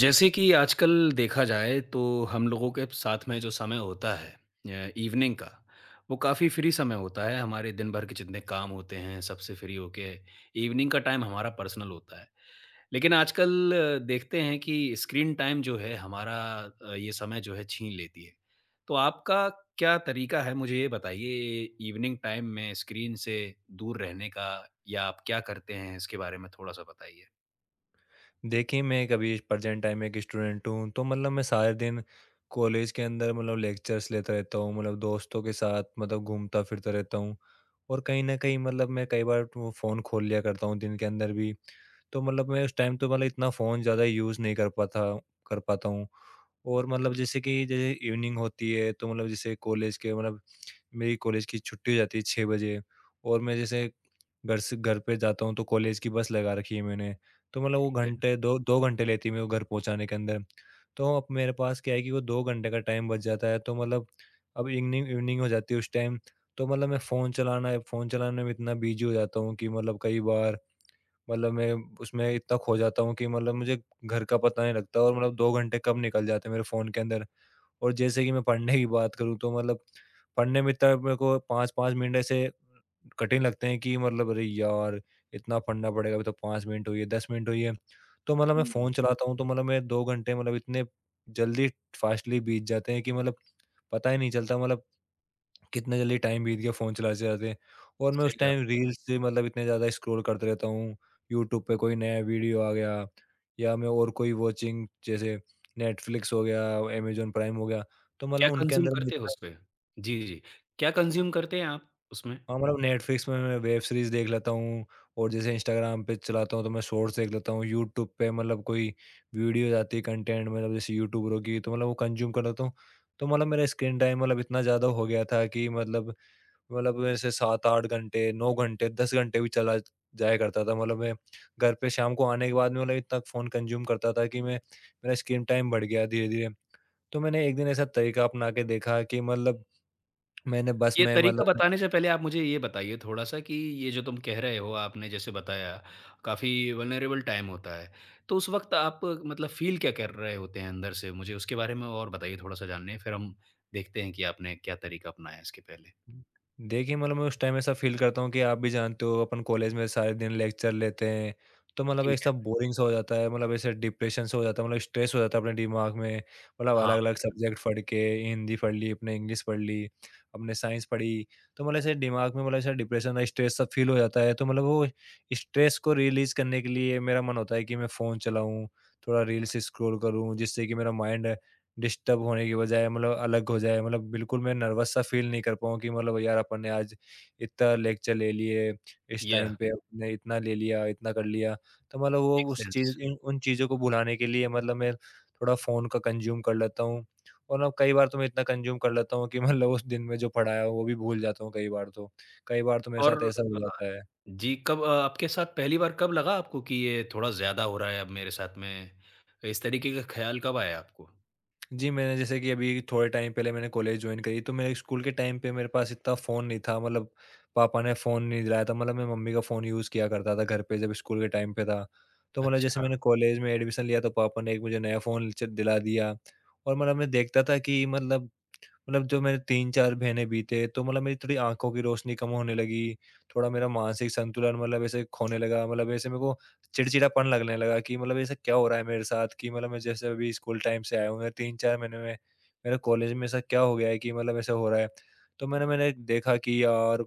जैसे कि आजकल देखा जाए तो हम लोगों के साथ में जो समय होता है, इवनिंग का वो काफ़ी फ्री समय होता है। हमारे दिन भर के जितने काम होते हैं सबसे फ्री होके इवनिंग का टाइम हमारा पर्सनल होता है। लेकिन आजकल देखते हैं कि स्क्रीन टाइम जो है हमारा, ये समय जो है छीन लेती है। तो आपका क्या तरीका है मुझे ये बताइए, इवनिंग टाइम में स्क्रीन से दूर रहने का, या आप क्या करते हैं इसके बारे में थोड़ा सा बताइए। देखिए, मैं एक अभी प्रेज़ेंट टाइम में एक स्टूडेंट हूँ, तो मतलब मैं सारे दिन कॉलेज के अंदर मतलब लेक्चर्स लेता रहता हूँ, मतलब दोस्तों के साथ मतलब घूमता-फिरता रहता हूँ। और कहीं न कहीं मतलब मैं कई बार वो फ़ोन खोल लिया करता हूँ दिन के अंदर भी, तो मतलब मैं उस टाइम तो मतलब इतना फ़ोन ज़्यादा यूज़ नहीं कर पाता हूँ। और मतलब जैसे इवनिंग होती है, तो मतलब जैसे कॉलेज के मतलब मेरी कॉलेज की छुट्टी हो जाती है 6 बजे और मैं जैसे घर पे जाता हूँ, तो कॉलेज की बस लगा रखी है मैंने। तो मतलब वो घंटे 2 2 घंटे लेती है मेरे को घर पहुँचाने के अंदर। तो अब मेरे पास क्या है कि वो 2 घंटे का टाइम बच जाता है, तो मतलब अब इवनिंग इवनिंग हो जाती है उस टाइम। तो मतलब मैं फ़ोन चलाने में इतना बिज़ी हो जाता हूँ कि मतलब कई बार मतलब मैं उसमें इतना खो जाता हूँ कि मतलब मुझे घर का पता नहीं लगता और मतलब 2 घंटे कब निकल जाते हैं मेरे फ़ोन के अंदर। और जैसे कि मैं पढ़ने की बात करूँ, तो मतलब पढ़ने में इतना मेरे को 5-5 मिनट ऐसे कठिन लगते हैं कि मतलब अरे यार! इतना पढ़ना पड़ेगा, अभी तो 5 मिनट हुई है, 10 मिनट हुई है। तो मतलब मैं हम्म। फ़ोन चलाता हूँ, तो मतलब मैं 2 घंटे मतलब इतने जल्दी फास्टली बीत जाते हैं कि मतलब पता ही नहीं चलता मतलब कितना जल्दी टाइम बीत गया फ़ोन चलाते-चलाते। और मैं उस सही। टाइम रील्स से मतलब इतने ज़्यादा स्क्रॉल करते रहता हूँ, यूट्यूब पे कोई नया वीडियो आ गया या मैं और कोई वॉचिंग जैसे नेटफ्लिक्स हो गया, अमेज़न प्राइम हो गया, तो क्या मतलब उनके कंज़्यूम अंदर मैं करते हो इतना। उसपे? जी, जी। क्या कंज़्यूम करते हैं आप उसमें? हाँ, मतलब नेटफ्लिक्स में मैं वेब सीरीज़ देख लेता हूँ और जैसे इंस्टाग्राम पे चलाता हूँ तो मैं शॉर्ट्स देख लेता हूँ, यूट्यूब पे मतलब कोई वीडियोज़ आती है कंटेंट मतलब जैसे यूट्यूबरों की, तो मतलब वो कंज़्यूम कर लेता हूँ। तो मतलब मेरा स्क्रीन टाइम मतलब इतना ज़्यादा हो गया था कि मतलब ऐसे 7-8 घंटे, 9 घंटे, 10 घंटे भी चला जाया करता था। मतलब मैं घर पे शाम को आने के बाद में मतलब इतना फ़ोन कंज़्यूम करता था कि मैं मेरा स्क्रीन टाइम बढ़ गया धीरे-धीरे। तो मैंने एक दिन ऐसा तरीका अपना के देखा कि मतलब मैंने बस ये में तरीका मतलब बताने से पहले आप मुझे ये बताइए थोड़ा-सा कि ये जो तुम कह रहे हो, आपने जैसे बताया, काफ़ी वल्नरेबल टाइम होता है। तो उस वक़्त आप मतलब फ़ील क्या कर रहे होते हैं अंदर से? मुझे उसके बारे में और बताइए थोड़ा-सा जानने हैं, फिर हम देखते हैं कि आपने क्या तरीका अपनाया इसके पहले। हुँ। देखिए, मतलब मैं उस टाइम ऐसा फ़ील करता हूँ कि आप भी जानते हो अपन कॉलेज में सारे दिन लेक्चर लेते हैं, तो मतलब एक ठीक सब है। बोरिंग सा हो जाता है, मतलब ऐसे डिप्रेशन सा हो जाता है, मतलब स्ट्रेस हो जाता है अपने दिमाग में। मतलब हाँ, अलग-अलग बिल्कुल। सब्जेक्ट पढ़ के हिंदी पढ़ ली, अपने इंग्लिश पढ़ ली, अपने साइंस पढ़ी, तो मतलब ऐसे दिमाग में मतलब ऐसा डिप्रेशन और स्ट्रेस सब फ़ील हो जाता है। तो मतलब वो स्ट्रेस को रिलीज़ करने के लिए मेरा मन होता है कि मैं फ़ोन चलाऊँ, थोड़ा रील्स स्क्रॉल करूँ, जिससे कि मेरा माइंड डिस्टर्ब होने की बजाय मतलब अलग हो जाए, मतलब बिल्कुल मैं नर्वस सा फ़ील नहीं कर पाऊँ कि मतलब यार अपन ने आज इतना लेक्चर ले लिए, इस या टाइम पे हमने इतना ले लिया, इतना कर लिया। तो मतलब वो मेक उस सेंस। चीज़ इन उन चीज़ों को भुलाने के लिए मतलब मैं थोड़ा फ़ोन का कंज़्यूम कर लेता हूँ। और ना कई बार तो मैं इतना कंज़्यूम कर लेता हूँ कि मतलब उस दिन में जो पढ़ाया हो वो भी भूल जाता हूँ, कई बार तो। कई बार तो मेरे और साथ ऐसा हो जाता है। जी, कब आपके साथ पहली बार कब लगा आपको कि ये थोड़ा ज़्यादा हो रहा है अब मेरे साथ में? इस तरीके का ख़्याल कब आया आपको? जी, मैंने जैसे कि अभी थोड़े टाइम पहले मैंने कॉलेज जॉइन करी, तो मेरे स्कूल के टाइम पे मेरे पास इतना फ़ोन नहीं था, मतलब पापा ने फ़ोन नहीं दिलाया था, मतलब मैं मम्मी का फ़ोन यूज़ किया करता था घर पे, जब स्कूल के टाइम पे था। तो मतलब जैसे अच्छा। मैंने कॉलेज में एडमिशन लिया, तो पापा ने एक मुझे नया फ़ोन च दिला दिया। और मतलब मैं देखता था कि मतलब जो मेरे 3-4 महीने बीते, तो मतलब मेरी थोड़ी आँखों की रोशनी कम होने लगी, थोड़ा मेरा मानसिक संतुलन मतलब ऐसे खोने लगा, मतलब ऐसे मेरे को चिड़चिड़ापन लगने लगा कि मतलब ऐसा क्या हो रहा है मेरे साथ कि मतलब मैं जैसे अभी स्कूल टाइम से आया हूँ, मेरा 3-4 महीने में मेरा कॉलेज में ऐसा क्या हो गया है कि मतलब ऐसा हो रहा है। तो मैंने मैंने देखा कि यार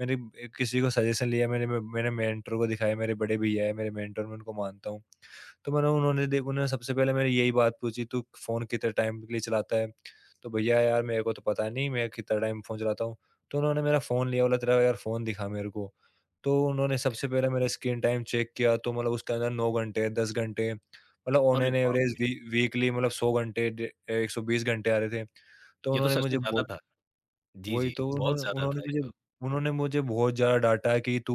मैंने किसी को सजेशन लिया, मैंने मेंटर को दिखाया, मेरे बड़े भईया है, मेरे मेंटर मैं उनको मानता हूँ। तो मैंने उन्होंने दे उन्होंने सबसे पहले मैंने यही बात पूछी, "तू फ़ोन कितने टाइम के लिए चलाता है?" तो भैया यार मेरे को तो पता नहीं मैं कितना टाइम फ़ोन चलाता हूँ। तो उन्होंने मेरा फ़ोन लिया, बोला, "तेरा यार फ़ोन दिखा मेरे को।" तो उन्होंने सबसे पहले मेरा स्क्रीन टाइम चेक किया, तो मतलब उसके अंदर 9 घंटे, 10 घंटे मतलब ऑन अरे एन बाप एवरेज रे! वी वीकली मतलब 100 घंटे डे 120 घंटे आ रहे थे। तो ये तो उन्होंने सच में मुझे ज़्यादा बो था। जी, वही जी, तो जी। बहुत उन्होंने ज़्यादा था ये तो। उन्होंने मुझे बहुत ज़्यादा डाँटा है कि तू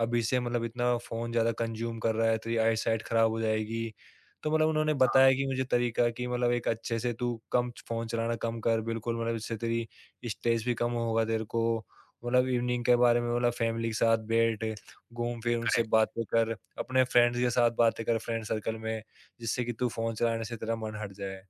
अभी से मतलब इतना फ़ोन ज़्यादा कंज़्यूम कर रहा है, तेरी आईसाइट ख़राब हो जाएगी। तो मतलब उन्होंने हाँ, बताया कि मुझे तरीका कि मतलब एक अच्छे से तू कम फ़ोन चलाना कम कर बिल्कुल, मतलब इससे तेरी स्ट्रेस भी कम होगा तेरे को। मतलब इवनिंग के बारे में मतलब फैमिली के साथ बैठ, घूम-फिर उनसे करेक्ट। बातें कर, अपने फ्रेंड्स के साथ बातें कर फ्रेंड सर्कल में, जिससे कि तू फ़ोन चलाने से तेरा मन हट जाए।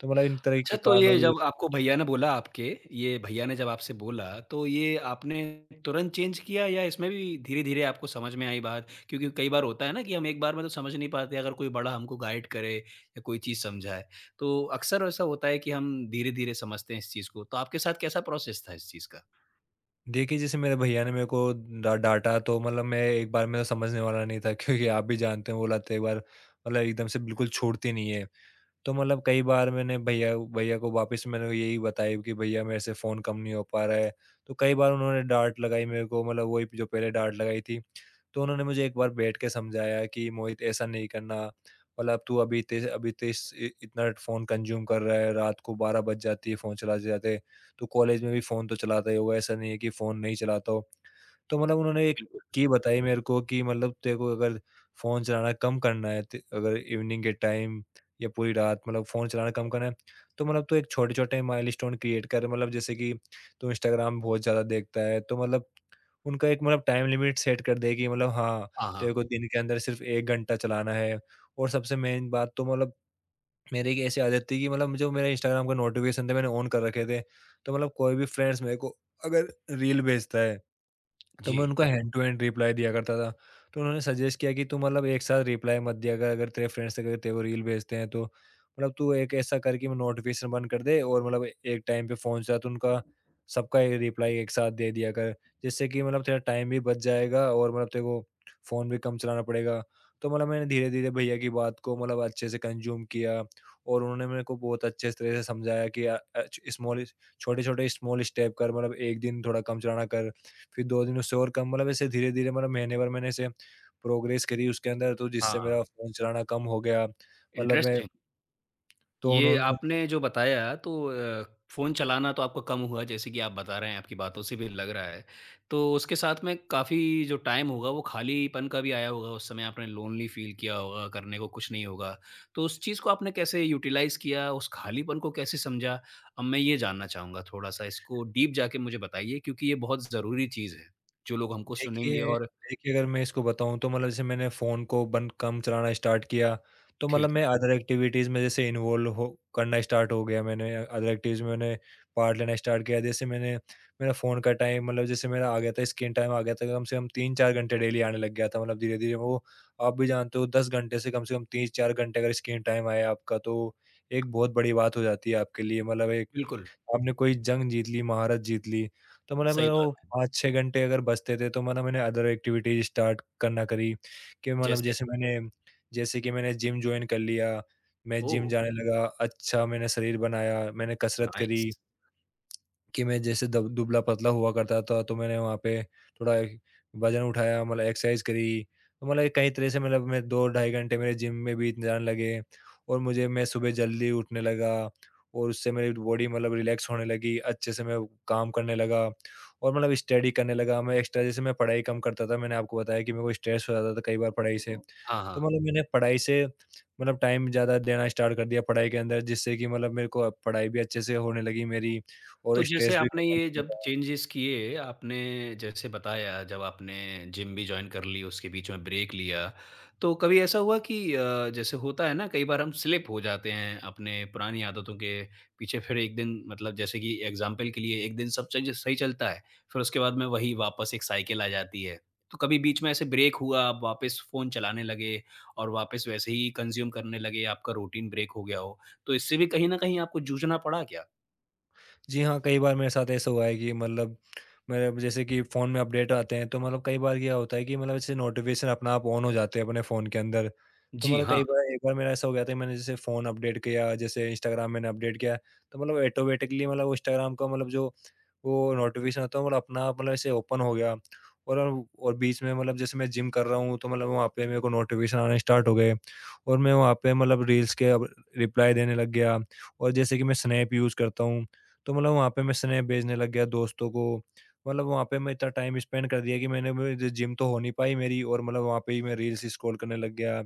तो मतलब इन तरह के अच्छा, तो कारणों ये की। जब आपको भैया ने बोला आपके, ये भैया ने जब आपसे बोला, तो ये आपने तुरंत चेंज किया या इसमें भी धीरे-धीरे आपको समझ में आई बात? क्योंकि कई बार होता है ना कि हम एक बार में तो समझ नहीं पाते, अगर कोई बड़ा हमको गाइड करे या कोई चीज़ समझाए, तो अक्सर ऐसा होता है कि हम धीरे-धीरे समझते हैं इस चीज़ को। तो आपके साथ कैसा प्रोसेस था इस चीज़ का? देखिए, जैसे मेरे भैया ने मेरे को डा डाँटा, तो मतलब मैं एक बार में तो समझने वाला नहीं था क्योंकि आप भी जानते हैं वो लत एक बार मतलब एकदम से बिल्कुल छूटती नहीं है। तो मतलब कई बार मैंने भैया भैया को वापस मैंने यही बताया कि भैया मेरे से फ़ोन कम नहीं हो पा रहा है। तो कई बार उन्होंने डाँट लगाई मेरे को, मतलब वही जो पहले डाँट लगाई थी। तो उन्होंने मुझे एक बार बैठ के समझाया कि मोहित ऐसा नहीं करना, मतलब तू अभी इतने अभी तो इस इ- इतना फ़ोन कंज्यूम कर रहा है, रात को 12 बज जाती है फ़ोन चलाते जाते। तू कॉलेज में भी फ़ोन तो चलाता ही होगा, ऐसा नहीं है कि फ़ोन नहीं चलाता हो। तो मतलब उन्होंने एक बिल्कुल। की बताई मेरे को कि मतलब तेरे को अगर फ़ोन चलाना कम करना है, अगर इवनिंग के टाइम या पूरी रात मतलब फ़ोन चलाना कम करना है, तो मतलब तो एक छोटे छोटे माइलस्टोन क्रिएट कर, मतलब जैसे कि तू इंस्टाग्राम बहुत ज़्यादा देखता है, तो मतलब उनका एक मतलब टाइम लिमिट सेट कर दें कि मतलब हाँ, हाँ, तेरे हाँ। को दिन के अंदर सिर्फ़ 1 घंटा चलाना है। और सबसे मेन बात तो मतलब मेरी एक ऐसी आदत थी कि मतलब जो मेरा इंस्टाग्राम का नोटिफ़िकेशन थे मैंने ऑन कर रखे थे। तो मतलब कोई भी फ्रेंड्स मेरे को अगर रील भेजता है, तो जी। मैं उनको हैंड टू हैंड रिप्लाई दिया करता था। तो उन्होंने सजेस्ट किया कि तू मतलब एक साथ रिप्लाई मत दिया कर, अगर तेरे को रील भेजते हैं, तो मतलब तू एक ऐसा कर कि नोटिफ़िकेशन बंद कर दे और मतलब एक टाइम पे फ़ोन चला, तो उनका सबका ये रिप्लाई एक साथ दे दिया कर। जिससे कि मतलब तेरा टाइम भी बच जाएगा और मतलब तेरे को फ़ोन भी कम चलाना पड़ेगा। तो मतलब मैंने धीरे-धीरे भैया की बात को मतलब अच्छे से कंज़्यूम किया और उन्होंने मेरे को बहुत अच्छे तरह से समझाया कि स्मॉल छोटे-छोटे स्मॉल स्टेप कर, मतलब एक दिन थोड़ा कम चलाना कर। फिर 2 दिन उससे और कम मतलब ऐसे धीरे-धीरे मतलब महीने भर मैंने ऐसे प्रोग्रेस करी उसके अंदर, तो जिससे हाँ, मेरा फ़ोन चलाना कम हो गया। मतलब मैं इंटरेस्टिंग। तो ये उन्हों आपने जो बताया तो फ़ोन चलाना तो आपका कम हुआ जैसे कि आप बता रहे हैं, आपकी बातों से भी लग रहा है। तो उसके साथ में काफ़ी जो टाइम होगा वो खालीपन का भी आया होगा, उस समय आपने लोनली फ़ील किया होगा, करने को कुछ नहीं होगा। तो उस चीज़ को आपने कैसे यूटिलाइज़ किया, उस खालीपन को कैसे समझा? अब मैं ये जानना चाहूँगा थोड़ा-सा इसको डीप जाके मुझे बताइए, क्योंकि ये बहुत ज़रूरी चीज़ है, जो लोग हमको सुनेंगे। देखिए और देखिए, अगर मैं इसको बताऊँ, तो मतलब जैसे मैंने फ़ोन को बंद कम चलाना स्टार्ट किया, तो मतलब ठीक मैं है, अदर एक्टिविटीज़ में जैसे इन्वॉल्व हो करना स्टार्ट हो गया, मैंने अदर एक्टिविटीज़ में मैंने पार्ट लेना स्टार्ट किया। जैसे मैंने मेरा फ़ोन का टाइम मतलब जैसे मेरा आ गया था, स्क्रीन टाइम आ गया था कम से कम 3-4 घंटे डेली आने लग गया था। मतलब धीरे-धीरे वो आप भी जानते हो 10 घंटे से कम 3-4 घंटे अगर स्क्रीन टाइम आया आपका, तो एक बहुत बड़ी बात हो जाती है आपके लिए, मतलब एक बिल्कुल, हमने कोई जंग जीत ली, महारत जीत ली, तो मतलब सही मेरा वो बात है। 5-6 घंटे अगर बचते थे, तो मतलब मैंने अदर एक्टिविटीज़ स्टार्ट करना करी, कि मतलब जैसे? जैसे मैंने जैसे कि मैंने जिम जॉइन कर लिया, मैं ओह! जिम जाने लगा, अच्छा मैंने शरीर बनाया, मैंने कसरत करी। नाइस। कि मैं जैसे दब दुबला-पतला हुआ करता था, तो मैंने वहाँ पे थोड़ा वज़न उठाया, मतलब एक्सरसाइज करी। तो मतलब एक कई तरह से मतलब मैं 2 ढाई घंटे मेरे जिम में बीत जाने लगे और मुझे मैं सुबह जल्दी उठने लगा और उससे मेरी बॉडी मतलब रिलैक्स होने लगी, अच्छे से मैं काम करने लगा और मतलब स्टडी करने लगा। मैं एक्स्ट्रा जैसे मैं पढ़ाई कम करता था, मैंने आपको बताया कि मेरे को स्ट्रेस हो जाता था कई बार पढ़ाई से। हाँ, तो हाँ। मतलब मैंने पढ़ाई से मतलब टाइम ज़्यादा देना स्टार्ट कर दिया पढ़ाई के अंदर, जिससे कि मतलब मेरे को अब पढ़ाई भी अच्छे से होने लगी मेरी। और तो जैसे स्ट्रेस भी आपने खत्म ये हो जब जाएगा। चेंजेस किए, आपने जैसे बताया जब आपने जिम भी जॉइन कर ली, उसके बीच में ब्रेक लिया, तो कभी ऐसा हुआ कि जैसे होता है ना कई बार हम स्लिप हो जाते हैं अपने पुरानी आदतों के पीछे, फिर एक दिन मतलब जैसे कि एग्ज़ाम्पल के लिए एक दिन सब चीज़ सही चलता है, फिर उसके बाद में वही वापस एक साइकिल आ जाती है। तो कभी बीच में ऐसे ब्रेक हुआ, आप वापस फ़ोन चलाने लगे और वापस वैसे ही कंज़्यूम करने लगे, आपका रूटीन ब्रेक हो गया हो, तो इससे भी कहीं न कहीं आपको जूझना पड़ा क्या? जी हाँ, कई बार मेरे साथ ऐसा हुआ है कि मतलब मेरे जैसे कि फ़ोन में अपडेट आते हैं, तो मतलब कई बार क्या होता है कि मतलब जैसे नोटिफ़िकेशन अपने आप ऑन हो जाते हैं अपने फ़ोन के अंदर। तो जी, मतलब हाँ। कई बार एक बार मेरा ऐसा हो गया था, मैंने जैसे फ़ोन अपडेट किया, जैसे इंस्टाग्राम मैंने अपडेट किया, तो मतलब ऑटोमैटिकली मतलब वो इंस्टाग्राम का मतलब जो वो नोटिफ़िकेशन आता है मतलब अपना आप मतलब ऐसे ओपन हो गया। और और बीच में मतलब जैसे मैं जिम कर रहा हूँ, तो मतलब वहाँ पे मेरे को नोटिफ़िकेशन आने स्टार्ट हो गए और मैं वहाँ पे मतलब रील्स के अब रिप्लाई देने लग गया, और जैसे कि मैं स्नैप यूज़ करता हूँ, तो मतलब वहाँ पे मैं स्नेह भेजने लग गया दोस्तों को। मतलब वहाँ पे मैं इतना टाइम स्पेंड कर दिया कि मैंने मेरी जिम तो हो नहीं पाई मेरी, और मतलब वहाँ पे ही मैं रील्स स्क्रॉल करने लग गया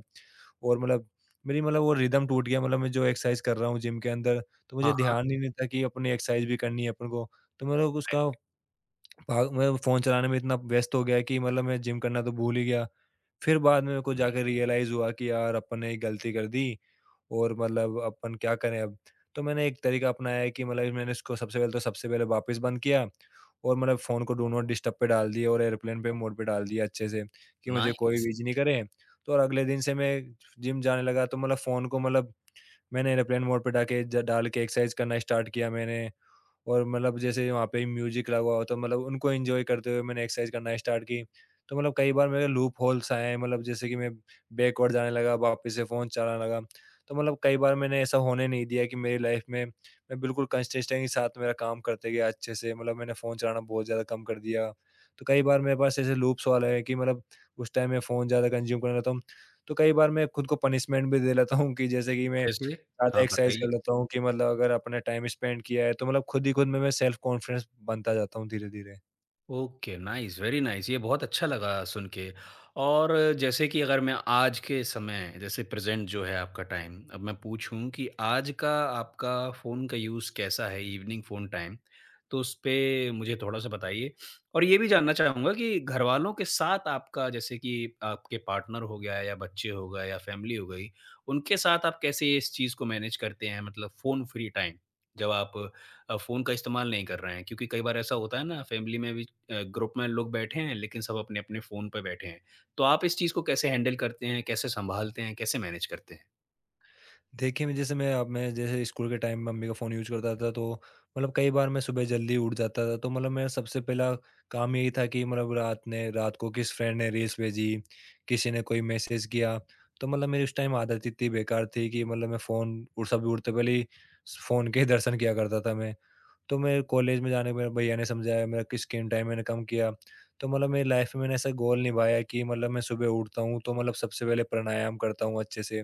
और मतलब मेरी मतलब वो रिदम टूट गया, मतलब मैं जो एक्सरसाइज कर रहा हूँ जिम के अंदर, तो मुझे हाँ, हाँ। ध्यान ही नहीं था कि अपनी एक्सरसाइज भी करनी है अपन को। तो मतलब उसका भाग मैं फ़ोन चलाने में इतना व्यस्त हो गया कि मतलब मैं जिम करना तो भूल ही गया। फिर बाद में मेरे को जाके रियलाइज़ हुआ कि यार अपन ने एक गलती कर दी। और मतलब अपन क्या करें अब? तो मैंने एक तरीका अपनाया है कि मतलब मैंने इसको सबसे पहले वापस बंद किया और मतलब फ़ोन को डू नॉट डिस्टर्ब पे डाल दिया और एयरप्लेन पे मोड पे डाल दिया अच्छे से कि मुझे कोई नाइस! विज़ नहीं करे। तो और अगले दिन से मैं जिम जाने लगा, तो मतलब फ़ोन को मतलब मैंने एयरप्लेन मोड पे डाके ज डाल के एक्सरसाइज़ करना स्टार्ट किया मैंने। और मतलब जैसे वहाँ पे म्यूज़िक लगा हुआ, तो मतलब उनको एन्जॉय करते हुए मैंने एक्सरसाइज करना स्टार्ट की। तो मतलब कई बार मेरे लूप होल्स आए, मतलब जैसे कि मैं बैकवर्ड जाने लगा, वापस से फ़ोन चलाने लगा। तो मतलब कई बार मैंने ऐसा होने नहीं दिया कि मेरी लाइफ़ में मैं बिल्कुल कंसिस्टेंट के साथ मेरा काम करते गया अच्छे से, मतलब मैंने फ़ोन चलाना बहुत ज़्यादा कम कर दिया। तो कई बार मेरे पास ऐसे लूप्स वाला है कि मतलब उस टाइम मैं फ़ोन ज़्यादा कंज़्यूम करने लगता हूँ। तो कई बार मैं खुद को पनिशमेंट भी दे लेता हूँ कि जैसे कि मैं जैसे? ज़्यादा हाँ, एक्सरसाइज़ बताइए। कर लेता हूँ कि मतलब अगर अपने टाइम स्पेंड किया है, तो मतलब खुद ही खुद में मैं सेल्फ कॉन्फिडेंस बनता जाता हूँ धीरे-धीरे। Okay, nice, very nice. ये बहुत अच्छा लगा सुन के। और जैसे कि अगर मैं आज के समय जैसे प्रेज़ेंट जो है आपका टाइम, अब मैं पूछूँ कि आज का आपका फ़ोन का यूज़ कैसा है इवनिंग फ़ोन टाइम? तो उसपे मुझे थोड़ा-सा बताइए। और ये भी जानना चाहूँगा कि घरवालों के साथ आपका, जैसे कि आपके पार्टनर हो गया या बच्चे हो गए या फ़ैमिली हो गई, उनके साथ आप कैसे इस चीज़ को मैनेज करते हैं, मतलब फ़ोन फ्री टाइम? जब आप फ़ोन का इस्तेमाल नहीं कर रहे हैं, क्योंकि कई बार ऐसा होता है ना फ़ैमिली में भी ग्रुप में लोग बैठे हैं, लेकिन सब अपने-अपने फ़ोन पे बैठे हैं। तो आप इस चीज़ को कैसे हैंडल करते हैं? कैसे सँभालते हैं? कैसे मैनेज करते हैं? देखिए, मैं जैसे मैं अब मैं जैसे स्कूल के टाइम में मम्मी का फ़ोन यूज़ करता था, तो मतलब कई बार मैं सुबह जल्दी उठ जाता था, तो मतलब मेरा सबसे पहला काम यही था कि मतलब रात को किस फ्रेंड ने रील्स भेजी, किसी ने कोई मैसेज किया। तो मतलब मेरी उस टाइम आदत इतनी बेकार थी कि मतलब मैं फ़ोन और सब उठते पहले ही स फ़ोन के ही दर्शन किया करता था मैं। तो मेरे कॉलेज में जाने पे मेरे भैया ने समझाया मेरा, कि स्क्रीन टाइम मैंने कम किया। तो मतलब मेरी लाइफ में मैंने ऐसा गोल निभाया कि मतलब मैं सुबह उठता हूँ तो मतलब सबसे पहले प्राणायाम करता हूँ अच्छे से।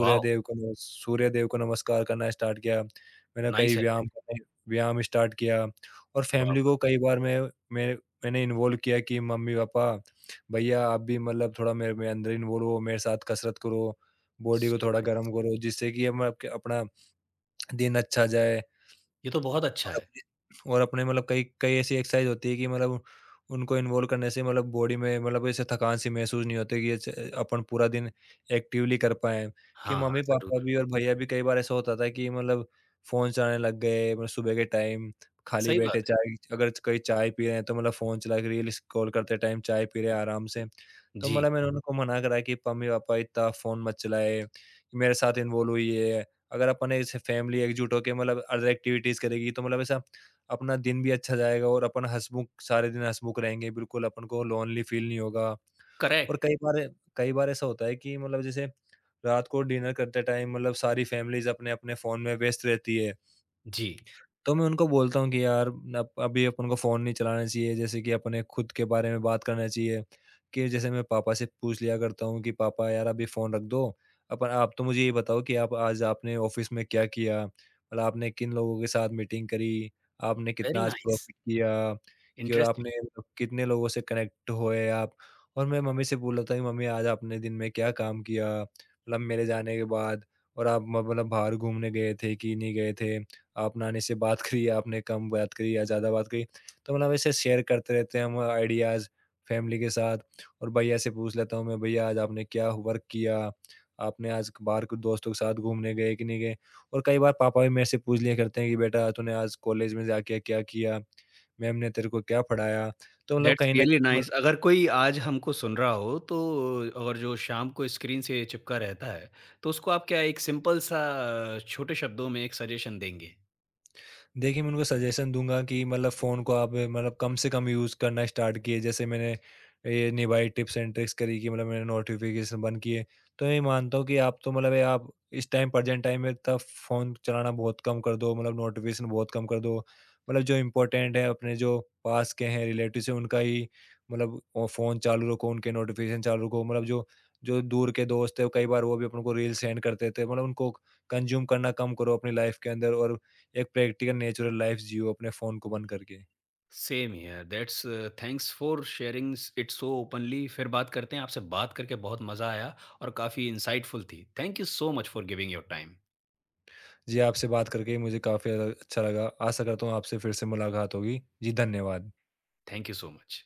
वॉव! को नमस सूर्यदेव को नमस्कार करना स्टार्ट किया। मैंने कई नाइस हैबिट। व्यायाम करने व्यायाम स्टार्ट किया, और वाह, फैमिली को वाह! कई बार मैं मैंने इन्वॉल्व किया कि मम्मी-पापा, भैया, आप भी मतलब थोड़ा मेरे में अंदर इन्वॉल्व हो, मेरे साथ कसरत करो, बॉडी को सो थोड़ा गरम नाइस। करो, जिससे कि हम आपके अपना दिन अच्छा जाए। ये तो बहुत अच्छा और है। अपने मतलब कई कई ऐसी एक्सरसाइज होती है कि मतलब उनको इन्वॉल्व करने से मतलब बॉडी में मतलब ऐसे थकान सी महसूस नहीं होती कि ऐसे अपन पूरा दिन एक्टिवली कर पाएँ। कि हाँ, हाँ, मम्मी-पापा ज़रूर। भी और भैया भी कई बार ऐसा होता था कि मतलब फ़ोन चलाने लग गए, मतलब सुबह के टाइम खाली सही बैठे बात चाय, अगर कहीं चाय पी रहे हैं, तो मतलब फ़ोन चला के रील स्क्रॉल करते टाइम चाय पी रहे हैं आराम से। है। तो जी, मतलब मैंने उनको मना करा कि मम्मी-पापा, इतना फ़ोन मत चलाएँ, मेरे साथ इन्वॉल्व हुई है। अगर अपन ऐसे फैमिली एकजुट होके मतलब अदर एक्टिविटीज़ करेगी, तो मतलब ऐसा अपना दिन भी अच्छा जाएगा और अपन हँसमुख सारे दिन हँसमुख रहेंगे, बिल्कुल अपन को लोनली फ़ील नहीं होगा। और करेक्ट। कई बार ऐसा होता है कि मतलब जैसे रात को डिनर करते टाइम मतलब सारी फैमिलीज़ अपने-अपने फ़ोन में व्यस्त रहती है। जी, तो मैं उनको बोलता हूँ कि यार, अब अभी अपन को फ़ोन नहीं चलाना चाहिए, जैसे कि अपने खुद के बारे में बात करना चाहिए, कि जैसे मैं पापा से पूछ लिया करता हूँ कि पापा यार, अभी फ़ोन रख दो, अपन आप तो मुझे ये बताओ कि आप आज आपने ऑफ़िस में क्या किया? मतलब आपने किन लोगों के साथ मीटिंग करी? आपने कितना वेरी आज नाइस। प्रॉफ़िट किया? कि और आपने इंटरेस्टिंग। मतलब कितने लोगों से कनेक्ट हुए आप? और मैं मम्मी से बोल रहा था कि मम्मी, आज आपने दिन में क्या काम किया? मतलब मेरे जाने के बाद, और आप म मतलब बाहर घूमने गए थे कि नहीं गए थे? आपने आने से बात करी, आपने कम बात करी या ज़्यादा बात करी। तो मतलब ऐसे शेयर करते रहते हैं हम आइडियाज़ फैमिली के साथ, और भैया से पूछ लेता हूँ मैं, भैया आज आपने क्या वर्क किया? आपने आज बाहर कुछ दोस्तों के साथ घूमने गए कि नहीं गए? और कई बार पापा भी मेरे से पूछ लिया करते हैं कि बेटा, तूने आज कॉलेज में जाके क्या किया? मैम ने तेरे को क्या पढ़ाया? तो मतलब दैट्स कहीं न रियली कहीं। नाइस। अगर कोई आज हमको सुन रहा हो, तो और जो शाम को स्क्रीन से चिपका रहता है, तो उसको आप क्या एक सिंपल सा छोटे शब्दों में एक सजेशन देंगे? देखिए, मैं उनको सजेशन दूँगा कि मतलब फ़ोन को आप मतलब कम से कम यूज़ करना स्टार्ट किए। जैसे मैंने ये निभाई, टिप्स एंड ट्रिक्स करी कि मतलब मैंने नोटिफ़िकेशन बंद किए। तो मैं ये मानता हूँ कि आप तो मतलब ये आप इस टाइम, प्रेज़ेंट टाइम में तब फ़ोन चलाना बहुत कम कर दो, मतलब नोटिफ़िकेशन बहुत कम कर दो। मतलब जो इम्पोर्टेंट है, अपने जो पास के हैं, रिलेटिव्स हैं, उनका ही मतलब फ़ोन चालू रखो, उनके नोटिफ़िकेशन चालू रखो। मतलब जो जो दूर के दोस्त हैं, कई बार वो भी अपन को रील सेंड कर देते हैं। मतलब उनको कंज़्यूम करना कम करो अपनी लाइफ़ के अंदर, और एक प्रैक्टिकल नेचुरल लाइफ जियो अपने फ़ोन को बंद करके। Same here. That's thanks for sharing it so openly. फिर बात करते हैं। आपसे बात करके बहुत मज़ा आया और काफ़ी इंसाइटफुल थी। Thank you so much for giving your time. जी, आपसे बात करके मुझे काफ़ी ज़्यादा अच्छा लगा। आशा करता हूँ आपसे फिर से मुलाकात होगी। जी, धन्यवाद। Thank you so much.